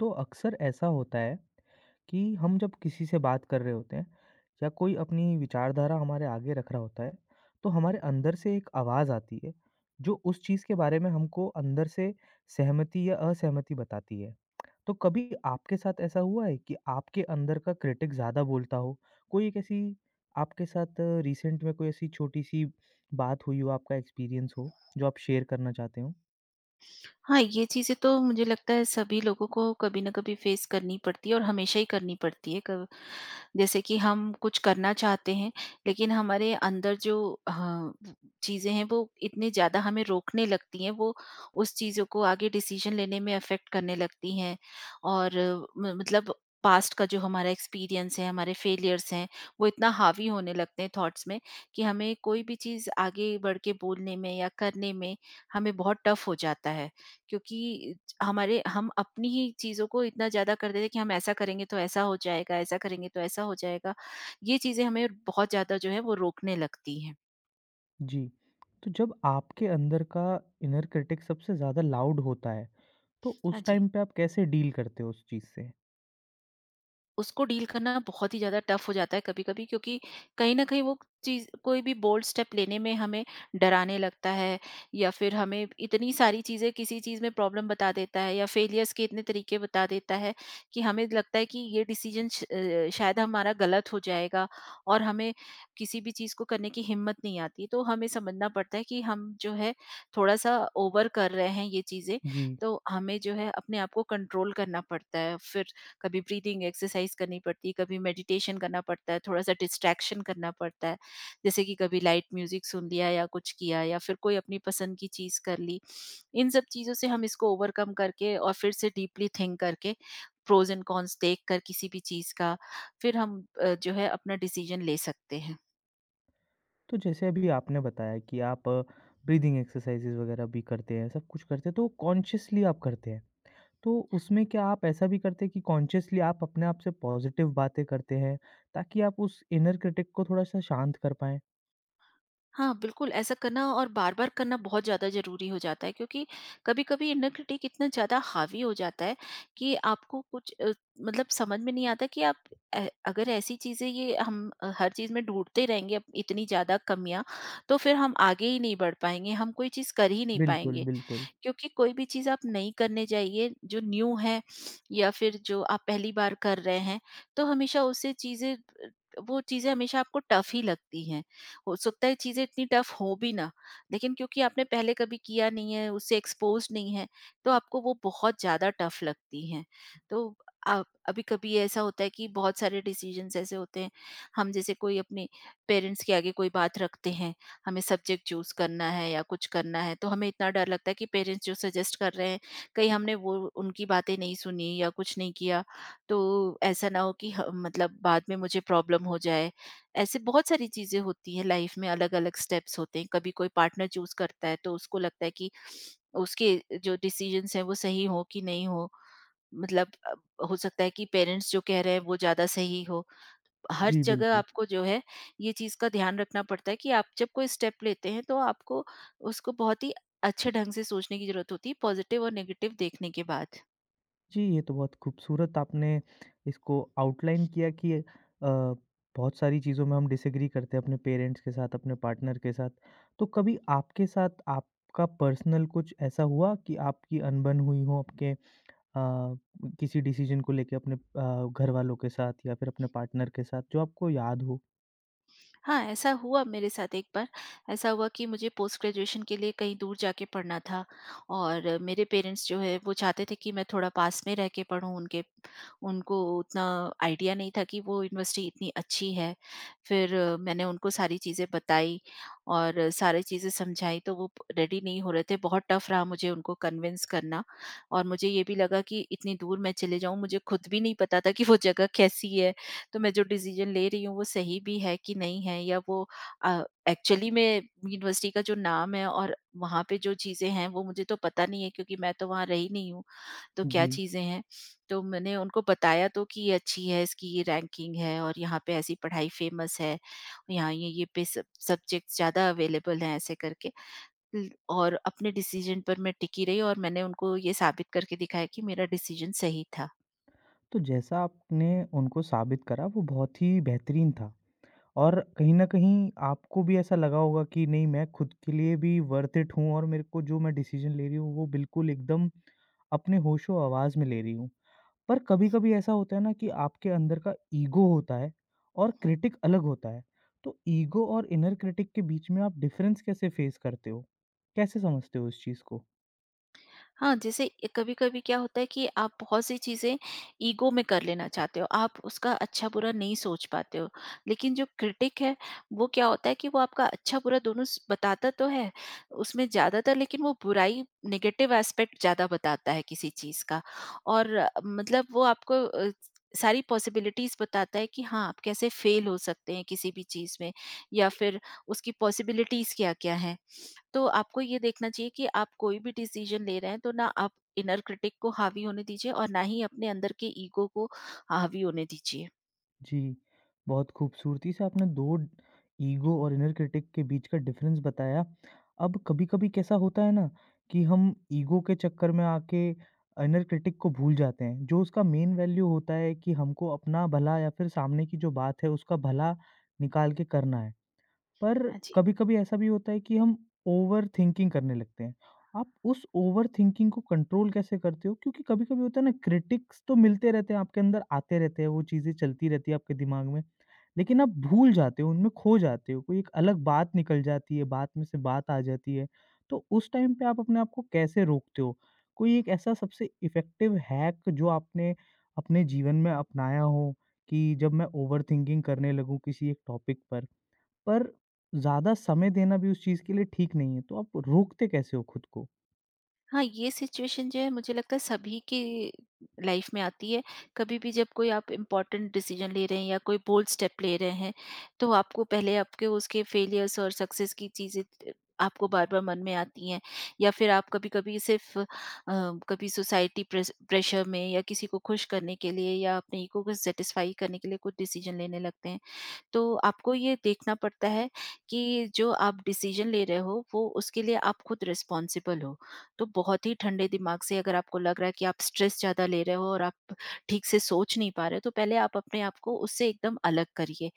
तो अक्सर ऐसा होता है कि हम जब किसी से बात कर रहे होते हैं या कोई अपनी विचारधारा हमारे आगे रख रहा होता है, तो हमारे अंदर से एक आवाज़ आती है जो उस चीज़ के बारे में हमको अंदर से सहमति या असहमति बताती है। तो कभी आपके साथ ऐसा हुआ है कि आपके अंदर का क्रिटिक ज़्यादा बोलता हो? कोई एक ऐसी आपके साथ रिसेंट में कोई ऐसी छोटी सी बात हुई हो, आपका एक्सपीरियंस हो, जो आप शेयर करना चाहते हो? हाँ, ये चीज़ें तो मुझे लगता है सभी लोगों को कभी न कभी फेस करनी पड़ती है और हमेशा ही करनी पड़ती है। क जैसे कि हम कुछ करना चाहते हैं, लेकिन हमारे अंदर जो चीज़ें हैं वो इतनी ज़्यादा हमें रोकने लगती हैं, वो उस चीज़ों को आगे डिसीज़न लेने में अफ़ेक्ट करने लगती हैं। और म मतलब पास्ट का जो हमारा एक्सपीरियंस है, हमारे फेलियर्स हैं, वो इतना हावी होने लगते हैं थॉट्स में कि हमें कोई भी चीज़ आगे बढ़ के बोलने में या करने में हमें बहुत टफ़ हो जाता है। क्योंकि हमारे हम अपनी ही चीज़ों को इतना ज़्यादा कर देते कि हम ऐसा करेंगे तो ऐसा हो जाएगा, ऐसा करेंगे तो ऐसा हो जाएगा। ये चीज़ें हमें बहुत ज़्यादा जो है वो रोकने लगती हैं। जी, तो जब आपके अंदर का इनर क्रिटिक सबसे ज़्यादा लाउड होता है, तो हाँ उस जी। टाइम पे आप कैसे डील करते हो उस चीज़ से? उसको डील करना बहुत ही ज़्यादा टफ हो जाता है कभी-कभी, क्योंकि कहीं न कहीं वो चीज़ कोई भी बोल्ड स्टेप लेने में हमें डराने लगता है या फिर हमें इतनी सारी चीज़ें किसी चीज़ में प्रॉब्लम बता देता है या फेलियर्स के इतने तरीके बता देता है कि हमें लगता है कि ये डिसीज़न शायद हमारा गलत हो जाएगा और हमें किसी भी चीज़ को करने की हिम्मत नहीं आती। तो हमें समझना पड़ता है कि हम जो है थोड़ा-सा ओवर कर रहे हैं ये चीज़ें, जी, तो हमें जो है अपने आप को कंट्रोल करना पड़ता है। फिर कभी ब्रीदिंग एक्सरसाइज करनी पड़ती है, कभी मेडिटेशन करना पड़ता है, थोड़ा-सा डिस्ट्रैक्शन करना पड़ता है। जैसे कि कभी लाइट म्यूज़िक सुन लिया या कुछ किया या फिर कोई अपनी पसंद की चीज़ कर ली। इन सब चीज़ों से हम इसको ओवरकम करके और फिर से डीपली थिंक करके प्रोज़ एंड कॉन्स देखकर किसी भी चीज़ का, फिर हम जो है अपना डिसीज़न ले सकते हैं। तो जैसे अभी आपने बताया कि आप ब्रीदिंग एक्सरसाइज़ेज़ वगैरह भी करते हैं, सब कुछ करते हैं, तो कॉन्शियसली आप करते हैं। तो उसमें क्या आप ऐसा भी करते हैं कि कॉन्शियसली आप अपने आप से पॉज़िटिव बातें करते हैं, ताकि आप उस इनर क्रिटिक को थोड़ा-सा शांत कर पाएँ? हाँ, बिल्कुल ऐसा करना और बार-बार करना बहुत ज़्यादा ज़रूरी हो जाता है, क्योंकि कभी-कभी इनर क्रिटिक इतना ज़्यादा हावी हो जाता है कि आपको कुछ मतलब समझ में नहीं आता कि आप ए अगर ऐसी चीज़ें ये हम हर चीज़ में ढूँढते रहेंगे, इतनी ज़्यादा कमियाँ, तो फिर हम आगे ही नहीं बढ़ पाएँगे, हम कोई चीज़ कर ही नहीं बिल्कुल, पाएँगे। बिल्कुल। क्योंकि कोई भी चीज़ आप नई करने जाइए जो न्यू है या फिर जो आप पहली बार कर रहे हैं, तो हमेशा उससे चीज़ें वो चीज़ें हमेशा आपको टफ ही लगती हैं। हो सकता है चीज़ें इतनी टफ हो भी ना, लेकिन क्योंकि आपने पहले कभी किया नहीं है, उससे एक्सपोज नहीं है, तो आपको वो बहुत ज़्यादा टफ लगती हैं। तो आप अभी कभी ऐसा होता है कि बहुत सारे डिसीजंस ऐसे होते हैं, हम जैसे कोई अपने पेरेंट्स के आगे कोई बात रखते हैं, हमें सब्जेक्ट चूज करना है या कुछ करना है, तो हमें इतना डर लगता है कि पेरेंट्स जो सजेस्ट कर रहे हैं, कहीं हमने वो उनकी बातें नहीं सुनी या कुछ नहीं किया, तो ऐसा ना हो कि मतलब बाद में मुझे प्रॉब्लम हो जाए। ऐसे बहुत सारी चीजें होती हैं लाइफ में, अलग अलग स्टेप्स होते हैं। कभी कोई पार्टनर चूज करता है तो उसको लगता है कि उसके जो डिसीजंस हैं वो सही हो कि नहीं हो, मतलब हो सकता है कि पेरेंट्स जो कह रहे हैं वो ज्यादा सही हो। हर जी, जगह बिल्कुल। आपको जो है ये चीज़ का ध्यान रखना पड़ता है कि आप जब कोई स्टेप लेते हैं तो आपको उसको बहुत ही अच्छे ढंग से सोचने की जरूरत होती है, पॉजिटिव और नेगेटिव देखने के बाद। जी, ये तो बहुत खूबसूरत आपने इसको आउटलाइन किया कि बहुत सारी चीज़ों में हम डिसएग्री करते हैं अपने पेरेंट्स के साथ, अपने पार्टनर के साथ। तो कभी आपके साथ आपका पर्सनल कुछ ऐसा हुआ कि आपकी अनबन हुई हो आपके अ, किसी डिसीज़न को लेके अपने घरवालों के साथ या फिर अपने पार्टनर के साथ, जो आपको याद हो? हाँ, ऐसा हुआ मेरे साथ एक बार। ऐसा हुआ कि मुझे पोस्ट ग्रेजुएशन के लिए कहीं दूर जाके पढ़ना था और मेरे पेरेंट्स जो है वो चाहते थे कि मैं थोड़ा पास में रह के पढूँ उनके। उनको उतना आइडिया नहीं था कि वो यूनिवर्सिटी इतनी अच्छी है। फिर मैंने उनको सारी चीज़ें बताई और सारी चीज़ें समझाई, तो वो रेडी नहीं हो रहे थे। बहुत टफ रहा मुझे उनको कन्विंस करना। और मुझे ये भी लगा कि इतनी दूर मैं चले जाऊँ, मुझे खुद भी नहीं पता था कि वो जगह कैसी है? तो मैं जो डिसीजन ले रही हूँ वो सही भी है कि नहीं है, या वो एक्चुअली में यूनिवर्सिटी का जो नाम है और वहाँ पे जो चीज़ें हैं वो मुझे तो पता नहीं है, क्योंकि मैं तो वहाँ रही नहीं हूँ, तो क्या जी, चीज़ें हैं। तो मैंने उनको बताया तो कि ये अच्छी है, इसकी ये रैंकिंग है और यहाँ पे ऐसी पढ़ाई फेमस है, यहाँ ये पे सब्जेक्ट्स ज़्यादा अवेलेबल हैं ऐसे करके। और अपने डिसीजन पर मैं टिकी रही और मैंने उनको ये साबित करके दिखाया कि मेरा डिसीजन सही था। तो जैसा आपने उनको साबित करा वो बहुत ही बेहतरीन था। और कहीं न कहीं आपको भी ऐसा लगा होगा कि नहीं, मैं खुद के लिए भी वर्थ इट हूँ और मेरे को जो मैं डिसीज़न ले रही हूँ वो बिल्कुल एकदम अपने होशो-हवास में ले रही हूँ। पर कभी-कभी ऐसा होता है ना कि आपके अंदर का ईगो होता है और क्रिटिक अलग होता है। तो ईगो और इनर क्रिटिक के बीच में आप डिफ़रेंस कैसे फ़ेस करते हो? कैसे समझते हो इस चीज़ को? हाँ, जैसे कभी-कभी क्या होता है कि आप बहुत सी चीज़ें ईगो में कर लेना चाहते हो, आप उसका अच्छा-बुरा नहीं सोच पाते हो। लेकिन जो क्रिटिक है, वो क्या होता है कि वो आपका अच्छा-बुरा दोनों स बताता तो है, उसमें ज़्यादातर लेकिन वो बुराई नेगेटिव एस्पेक्ट ज़्यादा बताता है किसी चीज़ का। और मतलब वो आपको सारी पॉसिबिलिटीज़ बताता है कि हाँ, आप कैसे फेल हो सकते हैं किसी भी चीज़ में या फिर उसकी पॉसिबिलिटीज़ क्या-क्या हैं। तो आपको ये देखना चाहिए कि आप कोई भी डिसीजन ले रहे हैं तो ना आप इनर क्रिटिक को हावी होने दीजिए और ना ही अपने अंदर के ईगो को हावी होने दीजिए। जी, बहुत खूबसूरती से आपने 2, ईगो और इनर क्रिटिक के बीच का डिफरेंस बताया। अब कभी-कभी कैसा होता है ना कि हम ईगो के चक्कर में आके इनर क्रिटिक को भूल जाते हैं, जो उसका मेन वैल्यू होता है कि हमको अपना भला या फिर सामने की जो बात है उसका भला निकाल के करना है। पर हाँ जी। कभी-कभी ऐसा भी होता है कि हम ओवरथिंकिंग करने लगते हैं। आप उस ओवरथिंकिंग को कंट्रोल कैसे करते हो? क्योंकि कभी-कभी होता है ना, क्रिटिक्स तो मिलते रहते हैं, आपके अंदर आते रहते हैं, वो चीज़ें चलती रहती है आपके दिमाग में। लेकिन आप भूल जाते हो, उनमें खो जाते हो, कोई एक अलग बात निकल जाती है, बात में से बात आ जाती है। तो उस टाइम पे आप अपने आप को कैसे रोकते हो? कोई एक ऐसा सबसे इफ़ेक्टिव हैक जो आपने अपने जीवन में अपनाया हो कि जब मैं ओवरथिंकिंग करने लगूँ किसी एक टॉपिक पर? पर ज़्यादा समय देना भी उस चीज़ के लिए ठीक नहीं है, तो आप रोकते कैसे हो खुद को? हाँ, ये सिचुएशन जो है मुझे लगता है सभी की लाइफ में आती है। कभी भी जब कोई आप इम्पोर्टेंट डिसीजन ले रहे हैं या कोई बोल्ड स्टेप ले रहे हैं, तो आपको पहले आपके उसके फेलियर्स और सक्सेस की चीज़ें त आपको बार-बार मन में आती हैं, या फिर आप कभी-कभी सिर्फ कभी सोसाइटी प्रेस प्रेशर में या किसी को खुश करने के लिए या अपने ईगो को सैटिस्फाई करने के लिए कुछ डिसीजन लेने लगते हैं। तो आपको ये देखना पड़ता है कि जो आप डिसीजन ले रहे हो वो उसके लिए आप खुद रिस्पॉन्सिबल हो। तो बहुत ही ठंडे दिमाग से, अगर आपको लग रहा है कि आप स्ट्रेस ज़्यादा ले रहे हो और आप ठीक से सोच नहीं पा रहे, तो पहले आप अपने आप को उससे एकदम अलग करिए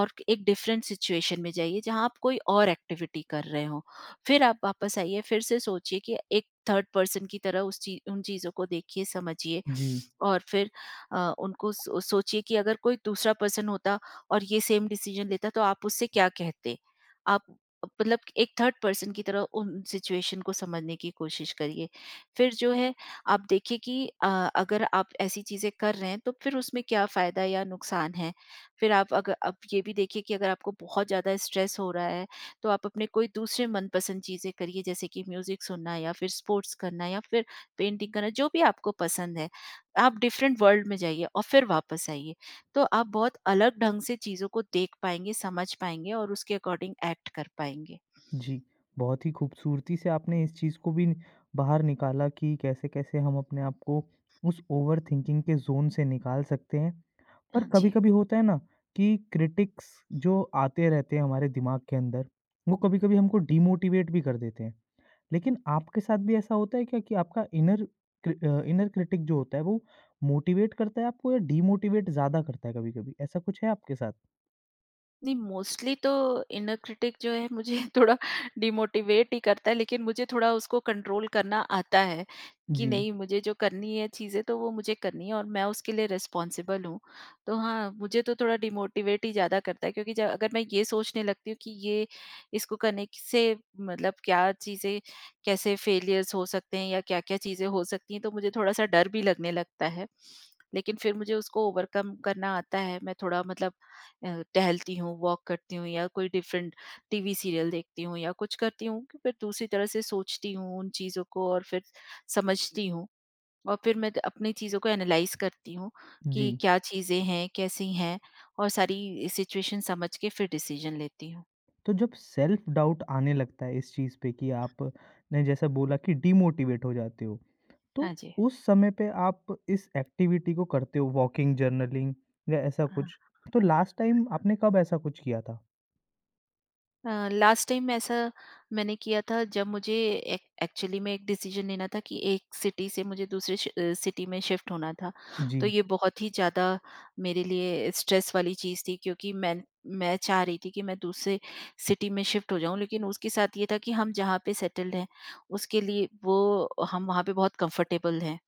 और एक डिफरेंट सिचुएशन में जाइए जहाँ आप कोई और एक्टिविटी कर रहे हो, फिर आप वापस आइए, फिर से सोचिए कि एक थर्ड पर्सन की तरह उस चीज उन चीज़ों को देखिए, समझिए। जी, और फिर उनको सोचिए कि अगर कोई दूसरा पर्सन होता और ये सेम डिसीजन लेता तो आप उससे क्या कहते? आप मतलब एक थर्ड पर्सन की तरह उन सिचुएशन को समझने की कोशिश करिए। फिर जो है आप देखिए कि अगर आप ऐसी चीज़ें कर रहे हैं तो फिर उसमें क्या फ़ायदा या नुकसान है। फिर आप अग आप ये भी देखिए कि अगर आपको बहुत ज़्यादा स्ट्रेस हो रहा है, तो आप अपने कोई दूसरे मनपसंद चीज़ें करिए, जैसे कि म्यूज़िक सुनना या फिर स्पोर्ट्स करना या फिर पेंटिंग करना, जो भी आपको पसंद है। आप डिफरेंट वर्ल्ड में जाइए और फिर वापस आइए। तो आप बहुत अलग ढंग से चीज़ों को देख पाएँगे, समझ पाएँगे और उसके अकॉर्डिंग एक्ट कर पाएँगे। जी। बहुत ही खूबसूरती से आपने इस चीज़ को भी बाहर निकाला कि कैसे-कैसे हम अपने आप को उस ओवरथिंकिंग के ज़ोन से निकाल सकते हैं। पर हाँ जी। कभी-कभी होता है ना कि क्रिटिक्स जो आते रहते हैं हमारे दिमाग के अंदर, वो कभी-कभी हमको डिमोटिवेट भी कर देते हैं। लेकिन आपके साथ भी ऐसा होता है क्या कि आपका इनर इनर क्रिटिक जो होता है, वो मोटिवेट करता है आपको या डीमोटिवेट ज़्यादा करता है कभी-कभी? ऐसा कुछ है आपके साथ? नहीं, मोस्टली तो इनर क्रिटिक जो है मुझे थोड़ा डिमोटिवेट ही करता है, लेकिन मुझे थोड़ा उसको कंट्रोल करना आता है कि जी, नहीं, मुझे जो करनी है चीज़ें तो वो मुझे करनी है और मैं उसके लिए रिस्पॉन्सिबल हूँ। तो हाँ, मुझे तो थोड़ा डिमोटिवेट ही ज़्यादा करता है, क्योंकि जब अगर मैं ये सोचने लगती हूँ कि ये इसको करने से मतलब क्या चीज़ें, कैसे फेलियर्स हो सकते हैं या क्या क्या चीज़ें हो सकती हैं, तो मुझे थोड़ा सा डर भी लगने लगता है। लेकिन फिर मुझे उसको ओवरकम करना आता है, मैं थोड़ा मतलब टहलती हूँ, वॉक करती हूँ या कोई डिफरेंट टीवी सीरियल देखती हूँ या कुछ करती हूँ कि फिर दूसरी तरह से सोचती हूँ उन चीज़ों को, और फिर समझती हूँ और फिर मैं अपनी चीज़ों को एनालाइज़ करती हूँ जी। कि क्या चीज़ें हैं, कैसी हैं, और सारी सिचुएशन समझ के फिर डिसीजन लेती हूँ। तो जब सेल्फ डाउट आने लगता है इस चीज़ पे कि आपने जैसा बोला कि डीमोटिवेट हो जाते हो, तो हाँ जी। उस समय पे आप इस एक्टिविटी को करते हो, वॉकिंग, जर्नलिंग या ऐसा कुछ? हाँ। तो लास्ट टाइम आपने कब ऐसा कुछ किया था? लास्ट टाइम ऐसा मैंने किया था जब मुझे एक्चुअली में एक डिसीजन लेना था कि एक सिटी से मुझे दूसरे सिटी में शिफ्ट होना था। जी, तो ये बहुत ही ज़्यादा मेरे लिए स्ट्रेस वाली चीज़ थी, क्योंकि मैं चाह रही थी कि मैं दूसरे सिटी में शिफ्ट हो जाऊं, लेकिन उसके साथ ये था कि हम जहाँ पे सेटल्ड हैं उसके लिए वो हम वहाँ पे बहुत कंफर्टेबल हैं।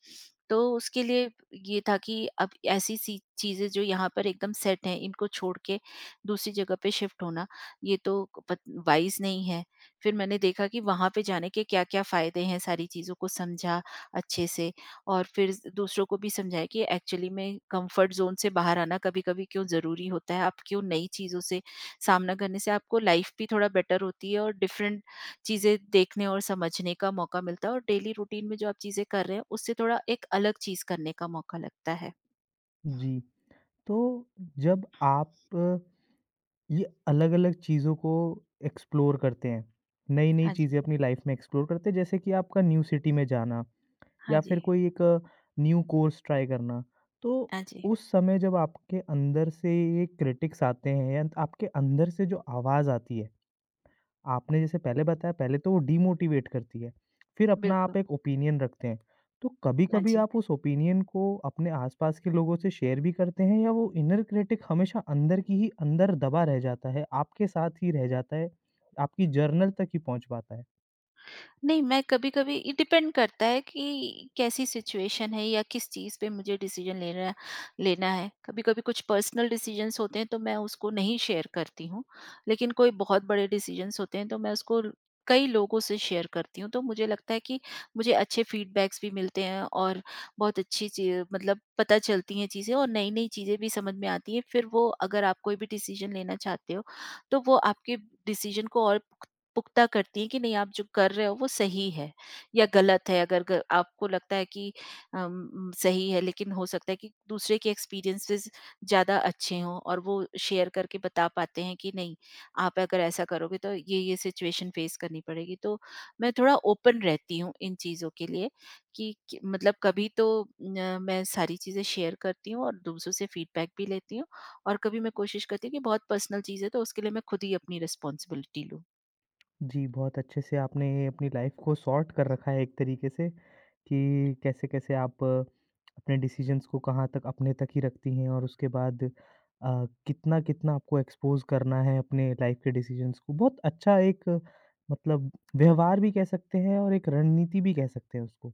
तो उसके लिए ये था कि अब ऐसी सी चीज़ें जो यहाँ पर एकदम सेट हैं इनको छोड़ के दूसरी जगह पे शिफ्ट होना, ये तो पत वाइज़ नहीं है। फिर मैंने देखा कि वहाँ पे जाने के क्या-क्या फ़ायदे हैं, सारी चीज़ों को समझा अच्छे से, और फिर दूसरों को भी समझाया कि एक्चुअली में कम्फ़र्ट ज़ोन से बाहर आना कभी-कभी क्यों ज़रूरी होता है। आप क्यों नई चीज़ों से सामना करने से आपको लाइफ़ भी थोड़ा बेटर होती है और डिफ़रेंट चीज़ें देखने और समझने का मौका मिलता है, और डेली रूटीन में जो आप चीज़ें कर रहे हैं, उससे थोड़ा एक अलग चीज़ करने का मौका लगता है। जी। तो जब आप ये अलग-अलग चीज़ों को एक्सप्लोर करते हैं। नई-नई हाँ जी। चीज़ें अपनी लाइफ़ में एक्सप्लोर करते हैं, जैसे कि आपका न्यू सिटी में जाना हाँ या जी। फिर कोई एक न्यू कोर्स ट्राई करना। तो हाँ जी। उस समय जब आपके अंदर से ये क्रिटिक्स आते हैं या आपके अंदर से जो आवाज़ आती है, आपने जैसे पहले बताया, पहले तो वो डीमोटिवेट करती है, फिर अपना बिल्कुल। आप एक ओपिनियन रखते हैं। तो हाँ कभी-कभी जी। आप उस ओपिनियन को अपने आस-पास के लोगों से शेयर भी करते हैं या वो इनर क्रिटिक हमेशा अंदर की ही अंदर दबा रह जाता है, आपके साथ ही रह जाता है, आपकी जर्नल तक ही पहुँच पाता है? नहीं, मैं कभी-कभी ये डिपेंड करता है कि कैसी सिचुएशन है या किस चीज़ पे मुझे डिसीज़न लेना लेना है। कभी-कभी कुछ पर्सनल डिसीज़न्स होते हैं तो मैं उसको नहीं शेयर करती हूँ। लेकिन कोई बहुत बड़े डिसीज़न्स होते हैं तो मैं उसको कई लोगों से शेयर करती हूँ। तो मुझे लगता है कि मुझे अच्छे फीडबैक्स भी मिलते हैं और बहुत अच्छी ची मतलब पता चलती हैं चीज़ें, और नई-नई चीज़ें भी समझ में आती हैं। फिर वो अगर आप कोई भी डिसीज़न लेना चाहते हो, तो वो आपके डिसीज़न को और पुख्ता करती हैं कि नहीं, आप जो कर रहे हो वो सही है या गलत है। अगर ग आपको लगता है कि सही है, लेकिन हो सकता है कि दूसरे के एक्सपीरियंसेस ज़्यादा अच्छे हों और वो शेयर करके बता पाते हैं कि नहीं, आप अगर ऐसा करोगे तो ये सिचुएशन फेस करनी पड़ेगी। तो मैं थोड़ा ओपन रहती हूँ इन चीज़ों के लिए मतलब कभी तो न, मैं सारी चीज़ें शेयर करती हूँ और दूसरों से फीडबैक भी लेती हूँ, और कभी मैं कोशिश करती हूँ कि बहुत पर्सनल चीज़ है तो उसके लिए मैं खुद ही अपनी रिस्पॉन्सिबिलिटी लूँ। जी, बहुत अच्छे से आपने अपनी लाइफ़ को सॉर्ट कर रखा है एक तरीके से, कि कैसे-कैसे आप अपने डिसीज़न्स को कहाँ तक अपने तक ही रखती हैं और उसके बाद कितना-कितना आपको एक्सपोज़ करना है अपने लाइफ़ के डिसीज़न्स को। बहुत अच्छा एक मतलब व्यवहार भी कह सकते हैं और एक रणनीति भी कह सकते हैं उसको।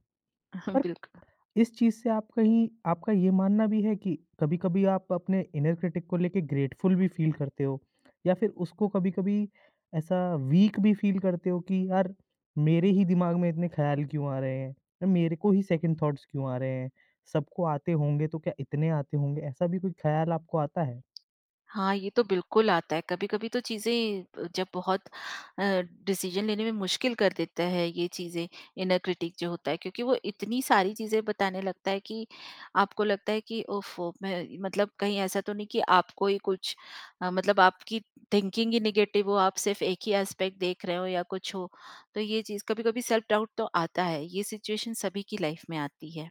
हाँ, पर बिल्कुल। इस चीज़ से आप कहीं, आपका ये मानना भी है कि कभी-कभी आप अपने इनर क्रिटिक को लेके ग्रेटफुल भी फील करते हो? या फिर उसको कभी-कभी ऐसा वीक भी फील करते हो कि यार, मेरे ही दिमाग में इतने ख़्याल क्यों आ रहे हैं? या मेरे को ही सेकंड थॉट्स क्यों आ रहे हैं? सबको आते होंगे तो क्या इतने आते होंगे? ऐसा भी कोई ख़्याल आपको आता है? हाँ, ये तो बिल्कुल आता है। कभी-कभी तो चीज़ें जब बहुत अ, डिसीज़न लेने में मुश्किल कर देता है ये चीज़ें, इनर क्रिटिक जो होता है, क्योंकि वो इतनी सारी चीज़ें बताने लगता है कि आपको लगता है कि ओफ़ो! मैं मतलब कहीं ऐसा तो नहीं कि आपको ही कुछ मतलब आपकी थिंकिंग ही नेगेटिव हो, आप सिर्फ़ एक ही एस्पेक्ट देख रहे हो या कुछ हो। तो ये चीज़ कभी-कभी सेल्फ डाउट तो आता है। ये सिचुएशन सभी की लाइफ़ में आती है।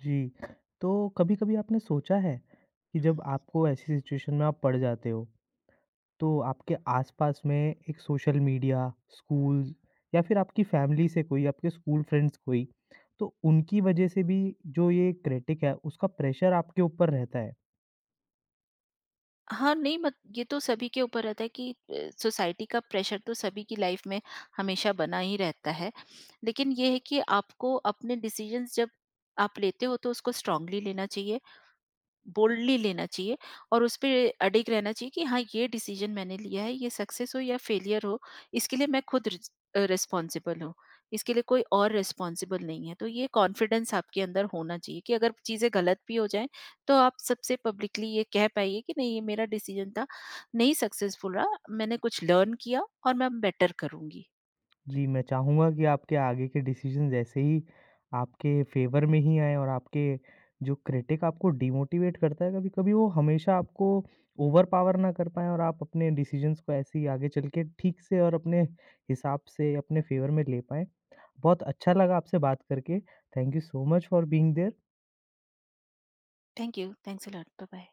जी, तो कभी-कभी आपने सोचा है कि जब आपको ऐसी सिचुएशन में आप पड़ जाते हो, तो आपके आस-पास में एक सोशल मीडिया, स्कूल या फिर आपकी फैमिली से कोई, आपके स्कूल फ्रेंड्स कोई, तो उनकी वजह से भी जो ये क्रिटिक है, उसका प्रेशर आपके ऊपर रहता है। हाँ, नहीं मत ये तो सभी के ऊपर रहता है कि सोसाइटी का प्रेशर तो सभी की लाइफ में हमेशा बना ही रहता है। लेकिन ये है कि आपको अपने डिसीजंस जब आप लेते हो तो उसको स्ट्रांगली लेना चाहिए, बोल्डली लेना चाहिए और उस पे अडिग रहना चाहिए कि हाँ, ये डिसीजन मैंने लिया है, ये सक्सेस हो या फेलियर हो, इसके लिए मैं खुद रिस्पॉन्सिबल हूँ, इसके लिए कोई और रिस्पॉन्सिबल नहीं है। तो ये कॉन्फिडेंस आपके अंदर होना चाहिए कि अगर चीज़ें गलत भी हो जाएं, तो आप सबसे पब्लिकली ये कह पाइए कि नहीं, ये मेरा डिसीजन था, नहीं सक्सेसफुल रहा, मैंने कुछ लर्न किया और मैं बेटर करूंगी। जी, मैं चाहूँगा कि आपके आगे के डिसीज़न्स ऐसे ही आपके फ़ेवर में ही आएँ और आपके जो क्रिटिक आपको डिमोटिवेट करता है कभी-कभी, वो हमेशा आपको ओवरपावर ना कर पाएँ और आप अपने डिसीज़न्स को ऐसे ही आगे चल के ठीक से और अपने हिसाब से अपने फ़ेवर में ले पाएँ। बहुत अच्छा लगा आपसे बात करके। Thank you so much for being there. Thank you, thanks a lot, bye bye.